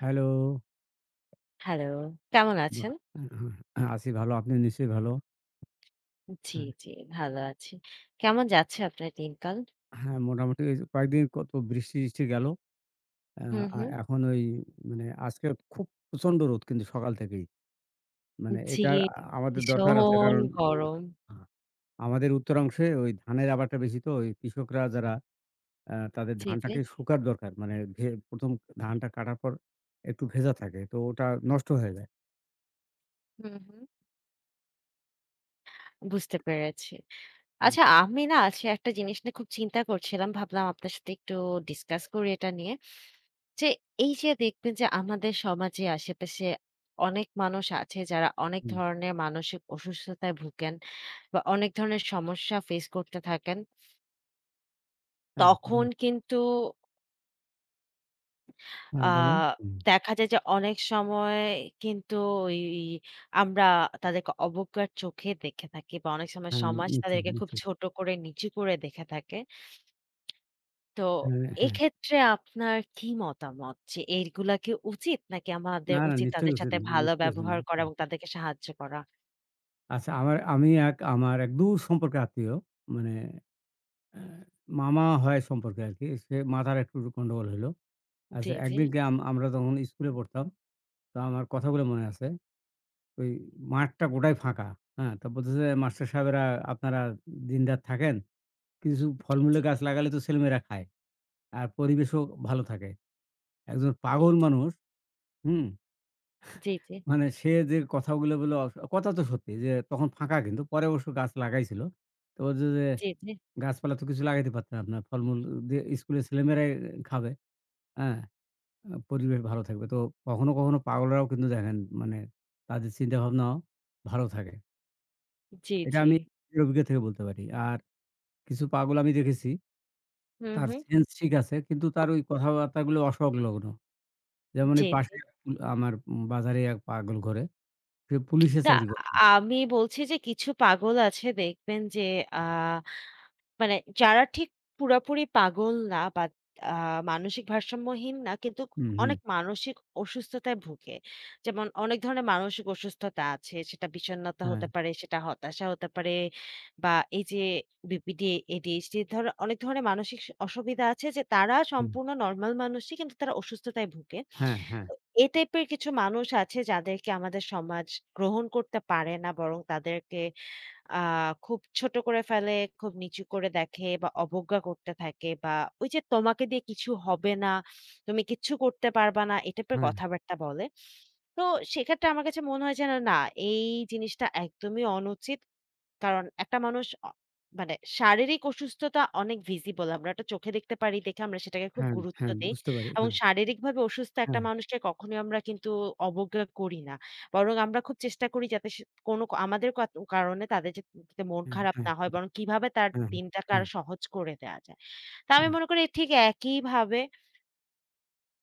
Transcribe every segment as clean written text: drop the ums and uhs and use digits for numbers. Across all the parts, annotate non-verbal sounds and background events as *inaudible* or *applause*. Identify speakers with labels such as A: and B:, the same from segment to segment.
A: Hello.
B: Hello, কেমন
A: বাহ!
B: আছেন?
A: আছি ভালো। আপনি নিশ্চয়ই ভালো?
B: জি,
A: হ্যাঁ,
B: জি, ভালো আছি। কেমন যাচ্ছে আপনার দিনকাল?
A: হ্যাঁ, মোটামুটি এই যে কয়েকদিন কত বৃষ্টি-টিষ্টি গেল। আ
B: হুম,
A: আ
B: হুম।
A: এখন ওই মানে আজকে খুব প্রচন্ড রোদ কিন্তু সকাল থেকেই। মানে
B: জি,
A: এটার আমাদের দরকার আছে
B: ভীষণ
A: কারণ
B: গরম।
A: আ আমাদের উত্তরাংশে ওই ধানের আবারটা বেশি তো ওই কৃষকরা যারা তাদের
B: জি, জি।
A: ধানটাকে শুকার দরকার। মানে ভে ১ম ধানটা কাটার পর একটু ভেজা থাকে। তো ওটা নষ্ট হয়ে যায়।
B: হুম, হুম। বুঝতে পেরেছি।
A: হ্যাঁ,
B: আচ্ছা, আমি না আজকে একটা জিনিস নিয়ে খুব চিন্তা করছিলাম। ভাবলাম আপনার সাথে একটু ডিসকাস করি এটা নিয়ে। যে এই যে দেখবেন যে আমাদের সমাজে আশেপাশে অনেক মানুষ আছে যারা অনেক
A: হুম,
B: ধরনের মানসিক অসুস্থতায় ভুগেন বা অনেক ধরনের সমস্যা ফেস করতে থাকেন।
A: হ্যাঁ,
B: তখন কিন্তু আ
A: হ্যাঁ, বলেন। হুম,
B: দেখা যায় যে অনেক সময় কিন্তু ওই আমরা তাদেরকে অবজ্ঞার চোখে দেখে থাকি বা অনেক সময়
A: হ্যাঁ,
B: সমাজ
A: নিশ্চয়ই,
B: তাদেরকে খুব
A: নিশ্চয়ই।
B: ছোট করে নিচু করে দেখে থাকে। তো
A: হ্যাঁ, হ্যাঁ।
B: এক্ষেত্রে আপনার কি মতামত যে এইগুলা কি উচিত নাকি আমাদের
A: না, না
B: উচিত
A: নিশ্চয়ই
B: তাদের
A: গেছেন,
B: সাথে
A: না
B: ভালো
A: নিশ্চয়ই গেছেন না।
B: ব্যবহার করা এবং তাদেরকে সাহায্য করা?
A: আচ্ছা আমার এক দূর সম্পর্কে আত্মীয় মানে অ্যা মামা হয় সম্পর্কে আরকি। সে মাথার একটু গন্ডগোল হইলো।
B: জি,
A: আচ্ছা
B: জি,
A: একদিনকে আমরা তখন স্কুলে পড়তাম। তো আমার কথাগুলো মনে আছে। ওই মাঠটা গোটাই ফাঁকা। হ্যাঁ? তো বলতেছে মাস্টার সাহেবেরা আপনারা দিনরাত থাকেন। কিছু
B: জি, জি,
A: ফলমূলের গাছ লাগালে তো ছেলেমেয়েরা খায়। আর পরিবেশও ভালো থাকে। একজন
B: জি,
A: পাগল
B: জি,
A: মানুষ, হুম?
B: জি,
A: মানে সে যে কথাগুলো বলল কথা তো সত্যি যে তখন ফাঁকা কিন্তু। পরে অবশ্য গাছ লাগাইছিল। তো বলছে যে,
B: জি, জি,
A: "গাছপালা তো কিছু লাগাইতে পারতেন আপনার। ফলমূল দিয়ে স্কুলের ছেলেমেয়েরাই খাবে। হ্যাঁ? পরিবেশ ভালো থাকবে।" তো কখনো, কখনো পাগলরাও কিন্তু দেখেন মানে তাদের চিন্তাভাবনাও ভালো থাকে।
B: জি,
A: এটা
B: জি,
A: আমি নিজের অভিজ্ঞতা থেকে বলতে পারি। আর কিছু পাগল আমি দেখেছি,
B: হুম,
A: তার
B: হুম,
A: সেন্স ঠিক আছে কিন্তু তার ওই কথাবার্তাগুলো অসংলগ্ন। যেমন এই
B: জি, জি।
A: পাশে আমার বাজারে এক পাগল ঘরে। সে পুলিশের
B: না,
A: চাকরি করত।
B: আমি বলছি যে কিছু পাগল আছে দেখবেন যে আ মানে যারা ঠিক পুরাপুরি পাগল না বা আ মানসিক ভারসাম্যহীন না, কিন্তু
A: হুম, হুম।
B: অনেক মানসিক অসুস্থতায় ভুগে। যেমন অনেক ধরনের মানসিক অসুস্থতা আছে। সেটা বিষণ্ণতা
A: হ্যাঁ।
B: হতে পারে, সেটা হতাশা হতে পারে বা এই যে বিপিডি, এডিএইচডি ধর অনেক ধরনের মানসিক অসুবিধা আছে যে তারা
A: হুম।
B: সম্পূর্ণ নরমাল মানুষই কিন্তু তারা অসুস্থতায় ভুগে।
A: হ্যাঁ, হ্যাঁ,
B: তো এই টাইপের কিছু মানুষ আছে যাদেরকে আমাদের সমাজ গ্রহণ করতে পারে না বরং তাদেরকে আ খুব ছোট করে ফেলে, খুব নিচু করে দেখে বা অবজ্ঞা করতে থাকে বা ওই যে তোমাকে দিয়ে কিছু হবে না, তুমি কিচ্ছু করতে পারবা না, এ টাইপের
A: হ্যাঁ,
B: কথাবার্তা বলে। তো সেক্ষেত্রে আমার কাছে মনে হয় যেন না, এই জিনিসটা একদমই অনুচিত। কারণ একটা মানুষ মানে শারীরিক অসুস্থতা অনেক ভিজিবল। আমরা এটা চোখে দেখতে পারি দেখে আমরা সেটাকে খুব
A: হ্যাঁ,
B: গুরুত্ব
A: হ্যাঁ,
B: দেই
A: বুঝতে পারি।
B: এবং
A: হ্যাঁ,
B: শারীরিকভাবে অসুস্থ একটা
A: হ্যাঁ,
B: মানুষকে কখনোই আমরা কিন্তু অবজ্ঞা করি না। বরং আমরা খুব চেষ্টা করি যাতে সে কোনো আমাদের কারণে তাদের যে যাতে মন
A: হ্যাঁ,
B: খারাপ
A: হ্যাঁ,
B: না হয় বরং কিভাবে তার
A: হ্যাঁ,
B: দিনটাকে
A: হ্যাঁ,
B: আরো সহজ করে দেয়া যায়। তা আমি
A: হ্যাঁ,
B: মনে করি ঠিক একইভাবে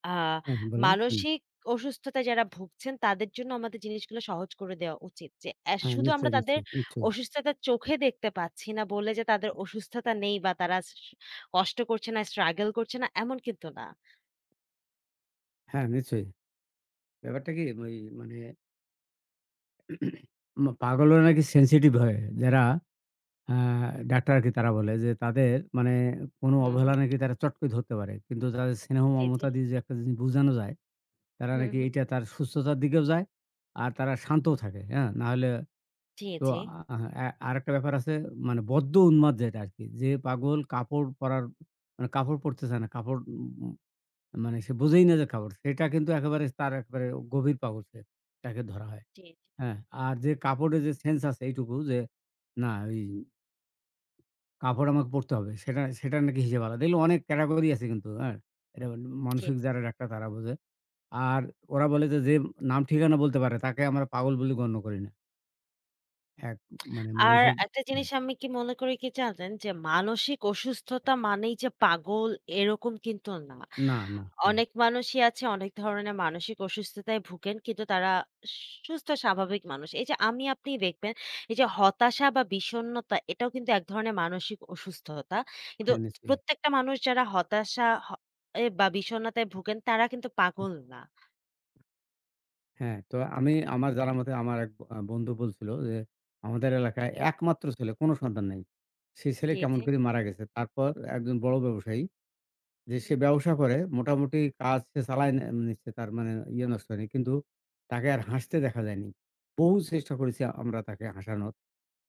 B: আ
A: হ্যাঁ, বলেন। হুম,
B: মানসিক অসুস্থতায় যারা ভুগছেন তাদের জন্য আমাদের জিনিসগুলো সহজ করে দেওয়া উচিত। যে
A: হ্যাঁ,
B: শুধু আমরা
A: নিশ্চয়ই,
B: তাদের
A: নিশ্চয়ই, নিশ্চয়ই।
B: অসুস্থতার চোখে দেখতে পাচ্ছি না বলে যে তাদের অসুস্থতা নেই বা তারা কষ্ট করছে না, স্ট্রাগল করছে না, এমন কিন্তু না।
A: হ্যাঁ, নিশ্চয়ই। ব্যাপারটা কি ওই মানে *clears throat* মা পাগলরা নাকি সেনসিটিভ হয়। যারা আ ডাক্তার আরকি তারা বলে যে তাদের মানে কোনো
B: হুম, হুম।
A: অবহেলা নাকি তারা চট করে ধরতে পারে। কিন্তু তাদের স্নেহ
B: জি,
A: মমতা
B: জি।
A: দিয়ে যে একটা জিনিস বুঝানো যায়, তারা
B: হুম,
A: নাকি
B: হুম।
A: এইটা তার সুস্থতার দিকেও যায়। আর তারা শান্তও থাকে। হ্যাঁ? না হলে
B: জি,
A: তো
B: জি।
A: আ আ আরেকটা ব্যাপার আছে মানে বদ্ধ উন্মাদ যেটা আরকি। যে পাগল কাপড় পরার মানে কাপড় পরতে চায় না। কাপড় মানে সে বোঝেই না যে কাপড়। সেটা কিন্তু একেবারে গভীর পাগল সে। তাকে ধরা হয়।
B: জি,
A: হ্যাঁ? আর যে কাপড়ের যে সেন্স আছে এইটুকু যে না ওই কাপড় আমাকে পরতে হবে। সেটার নাকি হিসেব আলাদা। এগুলো অনেক ক্যাটেগরি আছে কিন্তু, হ্যাঁ? এটা মানে
B: জি।
A: মানসিক যারা ডাক্তার তারা বোঝে। আর ওরা বলে যে, যে নাম ঠিকানা বলতে পারে তাকে আমরা পাগল বলে গণ্য করি না। এক মানে
B: আর
A: মানসিক
B: একটা জিনিস আমি কি মনে করি কি জানেন? যে মানসিক অসুস্থতা মানেই যে পাগল এরকম কিন্তু না।
A: না, না, না।
B: অনেক মানুষই আছে অনেক ধরনের মানসিক অসুস্থতায় ভুগেন কিন্তু তারা সুস্থ স্বাভাবিক মানুষ। এই যে আমি আপনি দেখবেন, এই যে হতাশা বা বিষণ্ণতা এটাও কিন্তু এক ধরনের মানসিক অসুস্থতা। কিন্তু
A: হ্যাঁ, নিশ্চয়ই।
B: প্রত্যেকটা মানুষ যারা হতাশা হ এ বা বিষণ্ণতায় ভুগেন তারা কিন্তু পাগল না।
A: হ্যাঁ, তো আমি আমার জানার মতে আমার এক বন্ধু বলছিল যে, "আমাদের এলাকায় একমাত্র ছেলে, কোনো সন্তান নাই। সেই ছেলে
B: জি,
A: কেমন
B: জি।
A: করে মারা গেছে।" তারপর একজন বড় ব্যবসায়ী যে সে
B: হুম।
A: ব্যবসা করে, মোটামুটি কাজ সে চালায় নে নিচ্ছে, তার মানে ইয়ে নষ্ট হয়নি। কিন্তু তাকে আর হাসতে দেখা যায়নি। বহু চেষ্টা করেছি আমরা তাকে হাসানোর,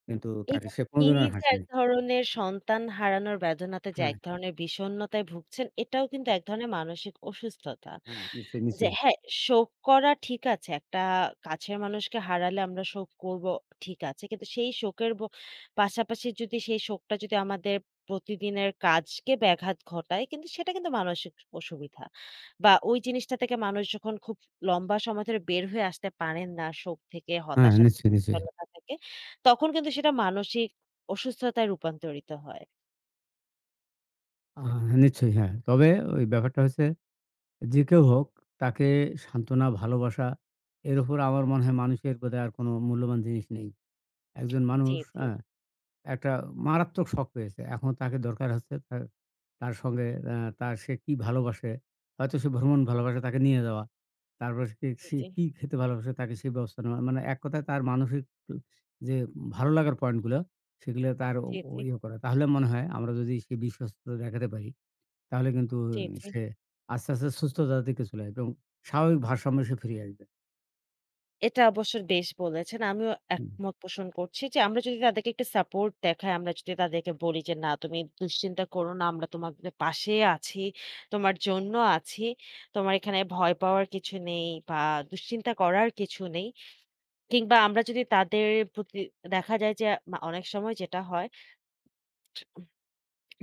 A: কিন্তু
B: এই
A: তাকে
B: যে
A: সে কোনদিন
B: তিনি
A: আর
B: যে এক
A: হাসেনি।
B: ধরনের সন্তান হারানোর বেদনাতে যে
A: হ্যাঁ,
B: এক ধরনের বিষণ্ণতায় ভুগছেন, এটাও কিন্তু এক ধরনের মানসিক অসুস্থতা।
A: হ্যাঁ, হ্যাঁ, নিশ্চয়ই,
B: যে
A: নিশ্চয়ই।
B: হ্যাঁ, শোক করা ঠিক আছে। একটা কাছের মানুষকে হারালে আমরা শোক করব, ঠিক আছে। কিন্তু সেই শোকের পাশাপাশি যদি সেই শোকটা যদি আমাদের প্রতিদিনের কাজকে ব্যাঘাত ঘটায় কিন্তু সেটা কিন্তু মানসিক অসুবিধা। বা ওই জিনিসটা থেকে মানুষ যখন খুব লম্বা সময় ধরে বের হয়ে আসতে পারেন না, শোক থেকে,
A: হ্যাঁ,
B: হতাশা থেকে,
A: নিশ্চয়ই, নিশ্চয়ই।
B: বিষণ্ণতা থেকে, তখন কিন্তু সেটা মানসিক অসুস্থতায় রূপান্তরিত হয়।
A: আ নিশ্চয়ই, হ্যাঁ। তবে ওই ব্যাপারটা হচ্ছে যে কেউ হোক, তাকে সান্ত্বনা, ভালোবাসা, এর উপর আমার মনে হয় মানুষের বোধহয় আর কোনো মূল্যবান জিনিস নেই। একজন
B: জি,
A: মানুষ,
B: জি,
A: হ্যাঁ? একটা মারাত্মক শখ পেয়েছে। এখন তাকে দরকার হচ্ছে তার তার সঙ্গে তার সে কি ভালোবাসে, হয়তো সে ভ্রমণ ভালোবাসে তাকে নিয়ে যাওয়া। তারপর
B: জি,
A: সে
B: জি,
A: সে
B: জি,
A: কি খেতে ভালোবাসে তাকে সেই ব্যবস্থা নেওয়া। মানে এক কথায় তার মানসিক যে ভালো লাগার পয়েন্টগুলো সেগুলো তার ও ও
B: জি,
A: ইয়ে করা। তাহলে মনে হয় আমরা যদি সেই বিশ্বস্ততা দেখাতে পারি তাহলে কিন্তু
B: জি, জি।
A: সে আস্তে, আস্তে সুস্থতার দিকে চলে আসবে এবং স্বাভাবিক ভারসাম্যে সে ফিরে আসবে।
B: এটা অবশ্য বেশ বলেছেন। আমিও
A: হুম।
B: একমত পোষণ করছি যে আমরা যদি তাদেরকে একটু সাপোর্ট দেখাই, আমরা যদি তাদেরকে বলি যে, "না, তুমি দুশ্চিন্তা করো না। আমরা তোমাদের পাশে আছি, তোমার জন্য আছি। তোমার এখানে ভয় পাওয়ার কিছু নেই বা দুশ্চিন্তা করার কিছু নেই।" কিংবা আমরা যদি তাদের প্রতি দেখা যায় যে অনেক সময় যেটা হয়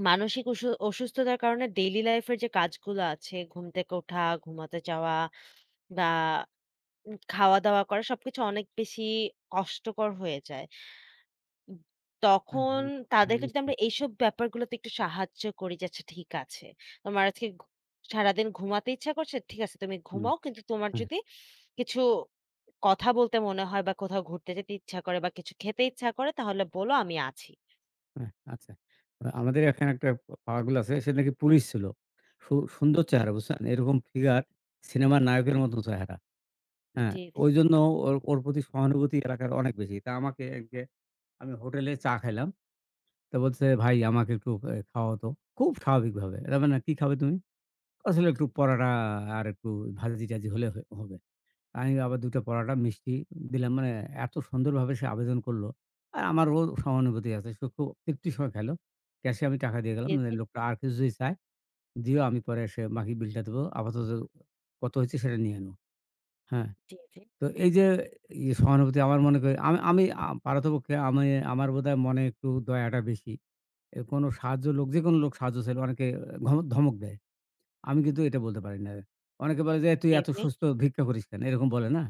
B: মানসিক অসুস্থতার কারণে ডেইলি লাইফের যে কাজগুলো আছে, ঘুম থেকে ওঠা, ঘুমাতে যাওয়া বা খাওয়া-দাওয়া করা সবকিছু অনেক বেশি কষ্টকর হয়ে যায়। উব
A: হ্যাঁ,
B: তখন
A: হ্যাঁ, হ্যাঁ,
B: তাদেরকে যদি আমরা এইসব ব্যাপারগুলোতে একটু সাহায্য করি যে, "আচ্ছা ঠিক আছে, তোমার আজকে সারাদিন ঘুমাতে ইচ্ছা করছে, ঠিক আছে তুমি
A: হুম,
B: ঘুমাও। কিন্তু তোমার
A: হ্যাঁ,
B: যদি কিছু কথা বলতে মনে হয় বা কোথাও ঘুরতে যেতে ইচ্ছা করে বা কিছু খেতে ইচ্ছা করে তাহলে বলো আমি আছি।"
A: হ্যাঁ, আচ্ছা। আমাদের এখানে একটা পাগল আছে সে নাকি পুলিশ ছিল। সুন্দর চেহারা বুঝছেন? এরকম ফিগার, সিনেমার নায়কের মতো চেহারা। হ্যাঁ,
B: জি, জি,
A: ঐজন্য ওর ওর প্রতি সহানুভূতি এলাকার অনেক বেশি। তা আমাকে আমি হোটেলে চা খাইলাম। তো বলছে, "ভাই আমাকে একটু খাওয়াও তো।" খুব স্বাভাবিকভাবে। তার মানে, "কি খাবে তুমি?" আসলে একটু পরাটা আর একটু ভাজি-টাজি হলে হবে। আমি আবার ২ টা পরাটা মিষ্টি দিলাম। মানে এত সুন্দরভাবে সে আবেদন করল। আর আমারও সহানুভূতি আছে। সে খুব তৃপ্তি সহকারে খেল। ক্যাশে আমি টাকা দিয়ে গেলাম।
B: জি,
A: মানে
B: জি,
A: লোকটা আর কিছু যদি চায়, দিও, আমি পরে এসে বাকি বিলটা দেব। আপাতত কত হয়েছে সেটা নিয়ে নাও। হ্যাঁ?
B: জি, জি,
A: তো এই যে সহানুভূতি আমার মনে করি আমি আমি আ পারতপক্ষে আমি আমার বোধহয় মনে একটু দয়াটা বেশি। এ কোনো সাহায্য লোক যেকোনো লোক সাহায্য চাইলে অনেকে ধমক দেয়। আমি কিন্তু এটা বলতে পারি না। অনেকে বলে যে, "তুই
B: জি,
A: এত
B: জি,
A: সুস্থ ভিক্ষা করিস কেন?" এরকম বলে না?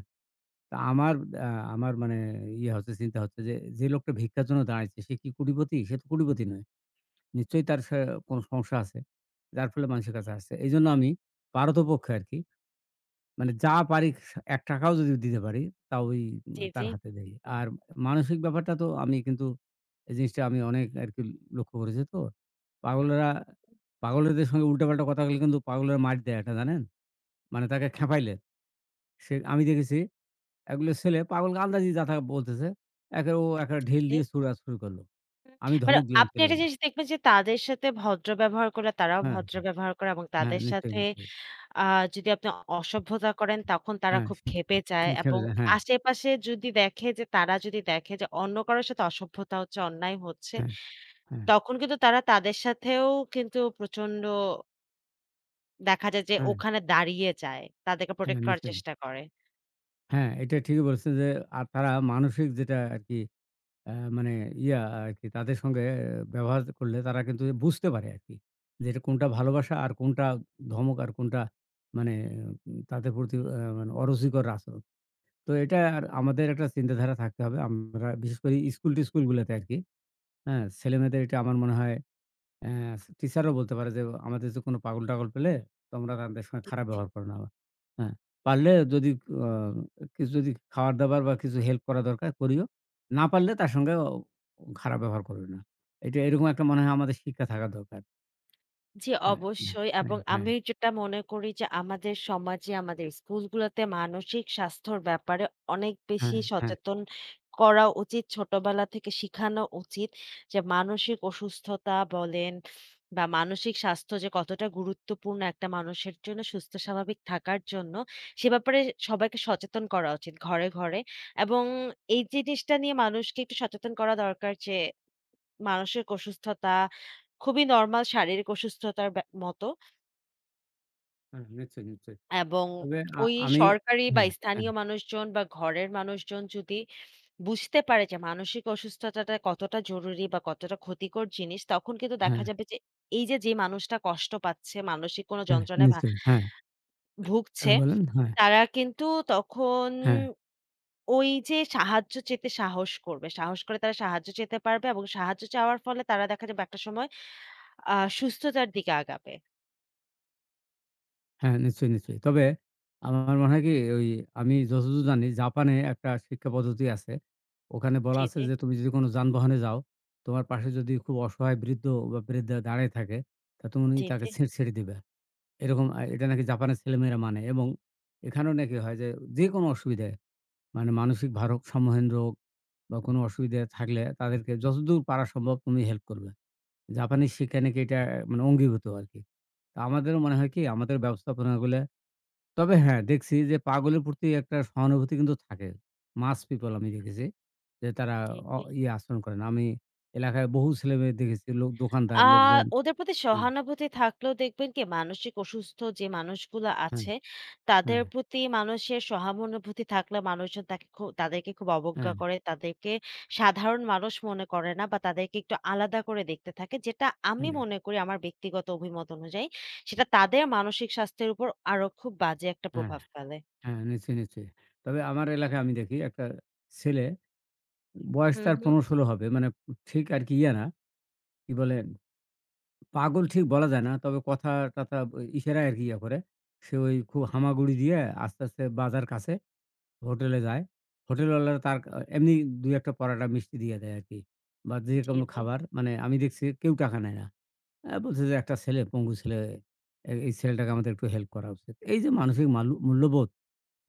A: তা আমার আ আমার মানে ইয়ে হচ্ছে, চিন্তা হচ্ছে যে, যে লোকটা ভিক্ষার জন্য দাঁড়াইছে সে কি কোটিপতি? সে তো কোটিপতি নয়। নিশ্চয়ই তার সে কোনো সমস্যা আছে। যার ফলে মানুষের কাছে আসছে। এজন্য আমি পারতপক্ষে আরকি মানে যা পারি সা ৳১ টাকা যদি দিতে পারি তা ওই
B: জি,
A: তার
B: জি।
A: হাতে দেই। আর মানসিক ব্যাপারটা তো আমি কিন্তু এই জিনিসটা আমি অনেক আরকি লক্ষ্য করেছি তো। পাগলেরা পাগলেদের সঙ্গে উল্টাপাল্টা কথা বললে কিন্তু পাগলেরা মাইর দেয় একটা, জানেন? মানে তাকে খেপাইলে সে, আমি দেখেছি এগুলো ছেলে পাগলকে আন্দাজি যা তা বলতেছে। একে ও একটা ঢিল
B: জি।
A: দিয়ে ছুড়া শুরু করল। আমি
B: মানে
A: ধমক দিলাম
B: আপনি একটা
A: ছেলেগুলো।
B: জিনিস দেখবেন যে তাদের সাথে ভদ্র ব্যবহার করলে তারাও
A: হ্যাঁ,
B: ভদ্র ব্যবহার করে এবং
A: হ্যাঁ,
B: তাদের
A: নিশ্চয়ই,
B: সাথে
A: নিশ্চয়ই।
B: আ যদি আপনি অসভ্যতা করেন তখন তারা
A: হ্যাঁ,
B: খুব ক্ষেপে যায়
A: খেপে
B: এবং
A: যায়। হ্যাঁ,
B: আশেপাশে যদি দেখে যে তারা যদি দেখে যে অন্য কারো সাথে অসভ্যতা হচ্ছে, অন্যায় হচ্ছে,
A: হ্যাঁ, হ্যাঁ,
B: তখন কিন্তু তারা তাদের সাথেও কিন্তু প্রচন্ড দেখা যায় যে
A: হ্যাঁ,
B: ওখানে দাঁড়িয়ে যায়। তাদেরকে
A: হ্যাঁ,
B: প্রোটেক্ট করার
A: নিশ্চয়ই।
B: চেষ্টা করে।
A: হ্যাঁ, এটা ঠিকই বলেছেন যে আর তারা মানসিক যেটা আরকি মানে ইয়া আরকি তাদের সঙ্গে আহ, ব্যবহার করলে তারা কিন্তু বুঝতে পারে আরকি। যে এটা কোনটা ভালোবাসা আর কোনটা ধমক আর কোনটা মানে তাদের প্রতি মানে অরুচিকর আচরণ। তো এটা আর আমাদের একটা চিন্তাধারা থাকতে হবে। আমরা বিশেষ করে স্কুল-টিস্কুলগুলোতে আরকি। হ্যাঁ? ছেলেমেয়েদের এটা আমার মনে হয় অ্যা টিচারও বলতে পারে যে, "আমাদের যে কোনো পাগল-টাগল পেলে তোমরা তাদের সঙ্গে খারাপ ব্যবহার করো না।" হ্যাঁ? পারলে যদি অ কিছু যদি খাবার-দাবার বা কিছু হেল্প করা দরকার করিও। না পারলে তার সঙ্গে খারাপ ব্যবহার করিও না। এটা এরকম একটা মনে হয় আমাদের শিক্ষা থাকা দরকার।
B: জি,
A: হ্যাঁ, হ্যাঁ,
B: অবশ্যই,
A: হ্যাঁ,
B: এবং
A: হ্যাঁ,
B: আমি যেটা মনে করি যে আমাদের সমাজে আমাদের স্কুলগুলোতে মানসিক স্বাস্থ্যর ব্যাপারে অনেক
A: হ্যাঁ,
B: বেশি
A: হ্যাঁ,
B: সচেতন করা উচিত। ছোটবেলা থেকে শিখানো উচিত যে মানসিক অসুস্থতা বলেন বা মানসিক স্বাস্থ্য যে কতটা গুরুত্বপূর্ণ একটা মানুষের জন্য সুস্থ স্বাভাবিক থাকার জন্য সে ব্যাপারে সবাইকে সচেতন করা উচিত ঘরে, ঘরে, এবং এই জিনিসটা নিয়ে মানুষকে একটু সচেতন করা দরকার যে মানসিক অসুস্থতা খুবই নরমাল, শারীরিক অসুস্থতার মতো,
A: হ্যাঁ, নিশ্চয়ই, নিশ্চয়ই।
B: এবং
A: তবে
B: ওই
A: আমি,
B: সরকারি বা
A: হ্যাঁ, হ্যাঁ,
B: স্থানীয় মানুষজন বা ঘরের মানুষজন যদি বুঝতে পারে যে মানসিক অসুস্থতাটা কতটা জরুরি বা কতটা ক্ষতিকর জিনিস, তখন কিন্তু দেখা
A: হ্যাঁ,
B: যাবে যে এই যে, যে মানুষটা কষ্ট পাচ্ছে, মানসিক কোনো
A: হ্যাঁ,
B: যন্ত্রণায়
A: নিশ্চয়ই। হ্যাঁ। হ্যাঁ,
B: ভুগছে,
A: বলেন। হ্যাঁ,
B: তারা কিন্তু তখন
A: হ্যাঁ,
B: ওই যে সাহায্য চেতে সাহস করবে। সাহস করে তারা সাহায্য চেতে পারবে এবং সাহায্য চাওয়ার ফলে তারা দেখা যাবে একটা সময় সুস্থতার দিকে আগাবে।
A: হ্যাঁ, নিশ্চয়ই, নিশ্চয়ই। তবে আমার মনে হয় কি ওই আমি যতদূর জানি জাপানে একটা শিক্ষা পদ্ধতি আছে। ওখানে বলা
B: জি,
A: আছে
B: জি,
A: যে তুমি যদি কোনো যানবাহনে যাও, তোমার পাশে যদি খুব অসহায় বৃদ্ধ বা বৃদ্ধা দাঁড়ায় থাকে, তা তুমি
B: জি,
A: তাকে
B: জি,
A: সিট ছেড়ে দিবা। এরকম এটা নাকি জাপানের ছেলেমেয়েরা মানে এবং এখানেও নাকি হয় যে যেকোনো অসুবিধায় মানে মানসিক ভারসাম্যহীন রোগ বা কোনো অসুবিধা থাকলে তাদেরকে যতদূর পারা সম্ভব তুমি হেল্প করবে। জাপানি শিক্ষা নাকি এটা মানে অঙ্গীভূত আরকি। তো আমাদেরও মনে হয় কি আমাদের ব্যবস্থাপনাগুলা, তবে হ্যাঁ, দেখছি যে পাগলের প্রতি একটা সহানুভূতি কিন্তু থাকে। মাস পিপল আমি দেখেছি যে তারা
B: জি, জি।
A: ইয়ে আচরণ করে না। আমি এলাকায় বহু ছেলেমেয়ে দেখেছি, লোক,
B: আ
A: দোকানদার, লোকজন,
B: ওদের প্রতি
A: হ্যাঁ,
B: সহানুভূতি থাকলেও দেখবেন কি মানসিক অসুস্থ যে মানুষগুলো
A: হ্যাঁ,
B: আছে, তাদের
A: হ্যাঁ,
B: প্রতি মানুষের সহানুভূতি থাকলে মানুষজন তাকে তাদেরকে খুব অবজ্ঞা
A: হ্যাঁ,
B: করে। তাদেরকে সাধারণ মানুষ মনে করে না বা তাদেরকে একটু আলাদা করে দেখতে থাকে। যেটা আমি
A: হ্যাঁ,
B: মনে করি আমার ব্যক্তিগত অভিমত অনুযায়ী সেটা তাদের মানসিক স্বাস্থ্যের উপর আরো খুব বাজে একটা
A: হ্যাঁ,
B: প্রভাব ফেলে।
A: হ্যাঁ, নিশ্চয়ই, নিশ্চয়ই। তবে আমার এলাকায় আমি দেখি একটা ছেলে বয়স
B: হুম,
A: তার
B: হুম।
A: ১৫-১৬ হবে। মানে ঠিক আরকি ইয়ে না, কি বলে, পাগল ঠিক বলা যায় না। তবে কথা-টথা ওই ইশারায় আরকি ইয়া করে। সে ওই খুব হামাগুড়ি দিয়ে আস্তে, আস্তে বাজার কাছে হোটেলে যায়। হোটেলওয়ালারা তার এমনি ২-১ টা পরাটা মিষ্টি দিয়ে দেয় আরকি। বা যে
B: জি,
A: কোনো
B: জি।
A: খাবার মানে আমি দেখছি কেউ টাকা নেয় না। বলছে যে, "একটা ছেলে, পঙ্গু ছেলে, এই ছেলেটাকে আমাদের একটু হেল্প করা উচিত।" এই যে মানসিক মূল্যবোধ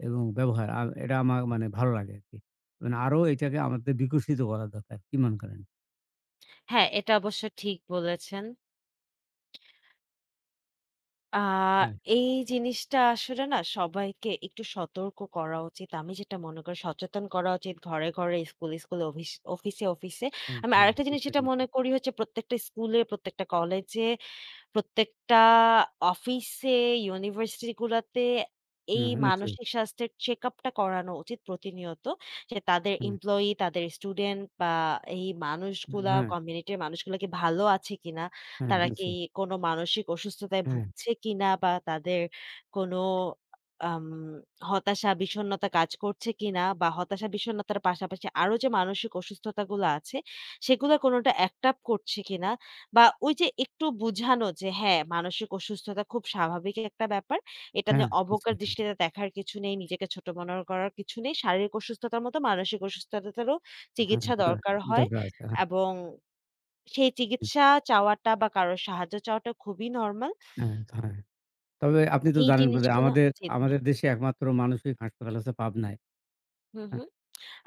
A: এবং ব্যবহার, এটা আমার মানে ভালো লাগে আরকি। মানে আরো এটাকে আমাদের বিকশিত করা দরকার। কি মনে করেন?
B: হ্যাঁ, এটা অবশ্য ঠিক বলেছেন। আ
A: হ্যাঁ,
B: এই জিনিসটা আসলে না সবাইকে একটু সতর্ক করা উচিত। আমি যেটা মনে করি সচেতন করা উচিত ঘরে, ঘরে, স্কুলে, স্কুলে, অফিসে, অফিসে।
A: হ্যাঁ,
B: আমি
A: হ্যাঁ।
B: আরেকটা জিনিস
A: নিশ্চয়ই,
B: যেটা মনে
A: নিশ্চয়ই।
B: করি হচ্ছে প্রত্যেকটা স্কুলে, প্রত্যেকটা কলেজে, প্রত্যেকটা অফিসে, ইউনিভার্সিটি গুলাতে
A: না,
B: এই
A: নিশ্চয়ই।
B: মানসিক স্বাস্থ্যের চেকআপটা করানো উচিত প্রতিনিয়ত। যে তাদের
A: হ্যাঁ,
B: এমপ্লয়ি, তাদের স্টুডেন্ট বা এই মানুষগুলা,
A: হ্যাঁ।
B: কমিউনিটির মানুষগুলা কি ভালো আছে কিনা?
A: হ্যাঁ,
B: তারা কি
A: বুঝেছি।
B: কোনো মানসিক অসুস্থতায়
A: হ্যাঁ,
B: ভুগছে কিনা? বা তাদের কোনো আম হতাশা, বিষণ্ণতা কাজ করছে কিনা? বা হতাশা, বিষণ্ণতার পাশাপাশি আরো যে মানসিক অসুস্থতাগুলো আছে, সেগুলো কোনোটা অ্যাক্ট আপ করছে কিনা? বা ওই যে একটু বুঝানো যে হ্যাঁ, মানসিক অসুস্থতা খুব স্বাভাবিক একটা ব্যাপার। এটা
A: হ্যাঁ,
B: নিয়ে
A: বুঝছি।
B: অবজ্ঞার দৃষ্টিতে দেখার কিছু নেই, নিজেকে ছোট মনে করার কিছু নেই। শারীরিক অসুস্থতার মতো মানসিক অসুস্থতারও
A: হ্যাঁ, হ্যাঁ,
B: চিকিৎসা দরকার হয়
A: দরকার আছে। হ্যাঁ,
B: এবং সেই চিকিৎসা চাওয়াটা বা কারো সাহায্য চাওয়াটা খুবই নরমাল।
A: হ্যাঁ, হ্যাঁ। তবে আপনি তো
B: এই
A: জানেন বোধহয়
B: জিনিসগুলা
A: আমাদের
B: জি, জি।
A: আমাদের দেশে একমাত্র মানসিক হাসপাতাল আছে পাবনায়।
B: হুম,
A: হ্যাঁ,
B: হুম।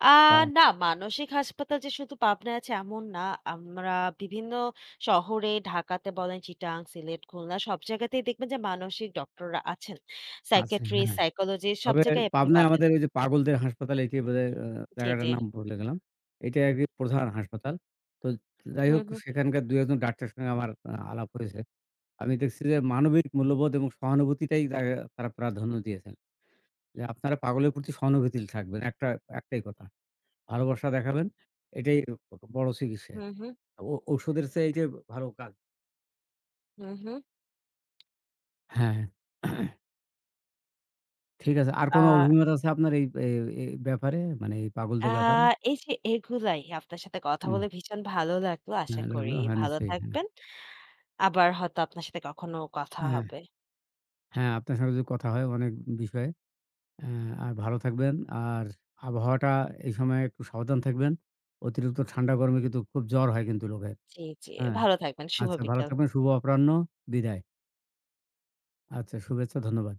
B: আ
A: বা
B: না, মানসিক হাসপাতাল যে শুধু পাবনায় আছে এমন না। আমরা বিভিন্ন শহরে ঢাকাতে বলেন, চিটাং, সিলেট, খুলনা সব জায়গাতেই দেখবেন যে মানসিক ডক্টররা আছেন।
A: আছেন,
B: সাইকিয়াট্রিস্ট,
A: হ্যাঁ।
B: সাইকোলজিস্ট সব
A: তবে
B: জায়গায় আপনি
A: পাবনায়
B: পাবেন।
A: আমাদের ওই যে পাগলদের হাসপাতাল এটি বোধহয়
B: জি, জি।
A: জায়গাটার নাম ভুলে গেলাম। এটা আরকি প্রধান হাসপাতাল। তো যাই
B: হুম,
A: হোক
B: হুম,
A: সেখানকার ২ ১ জন ডাক্তারের সঙ্গে আমার আলাপ হয়েছে। আমি দেখছি যে মানবিক মূল্যবোধ এবং সহানুভূতিটাই তারা তারা প্রাধান্য দিয়েছেন। যে আপনারা পাগলের প্রতি সহানুভূতিশীল থাকবেন। একটাই কথা। ভালোবাসা দেখাবেন। এটাই বড় চিকিৎসা।
B: হুম, হুম,
A: ও ঔষধের চেয়ে এইটাই ভালো কাজ।
B: হুম, হুম।
A: হ্যাঁ, ঠিক আছে। আর কোনো
B: আ
A: অভিমত আছে আপনার এই এ এ ব্যাপারে? মানে এই
B: আ
A: পাগলদের ব্যাপারে?
B: এই যে এগুলাই আপনার সাথে কথা
A: হুম,
B: বলে ভীষণ ভালো লাগলো। আশা
A: হ্যাঁ,
B: করি
A: লাগলো। হ্যাঁ,
B: ভালো
A: নিশ্চয়ই। হ্যাঁ,
B: থাকবেন। আবার হয়তো আপনার সাথে কখনো কথা
A: হ্যাঁ,
B: হবে।
A: হ্যাঁ, আপনার সঙ্গে যদি কথা হয় অনেক বিষয়ে। অ্যা আর ভালো থাকবেন। আর আবহাওয়াটা এই সময় একটু সাবধান থাকবেন। অতিরিক্ত ঠান্ডা গরমে কিন্তু খুব জ্বর হয় কিন্তু লোকের।
B: জি, জি।
A: হ্যাঁ,
B: ভালো থাকবেন। শুভ
A: আচ্ছা ভালো
B: বিকেল।
A: থাকবেন। শুভ অপরাহ্ন। বিদায়। আচ্ছা শুভেচ্ছা। ধন্যবাদ।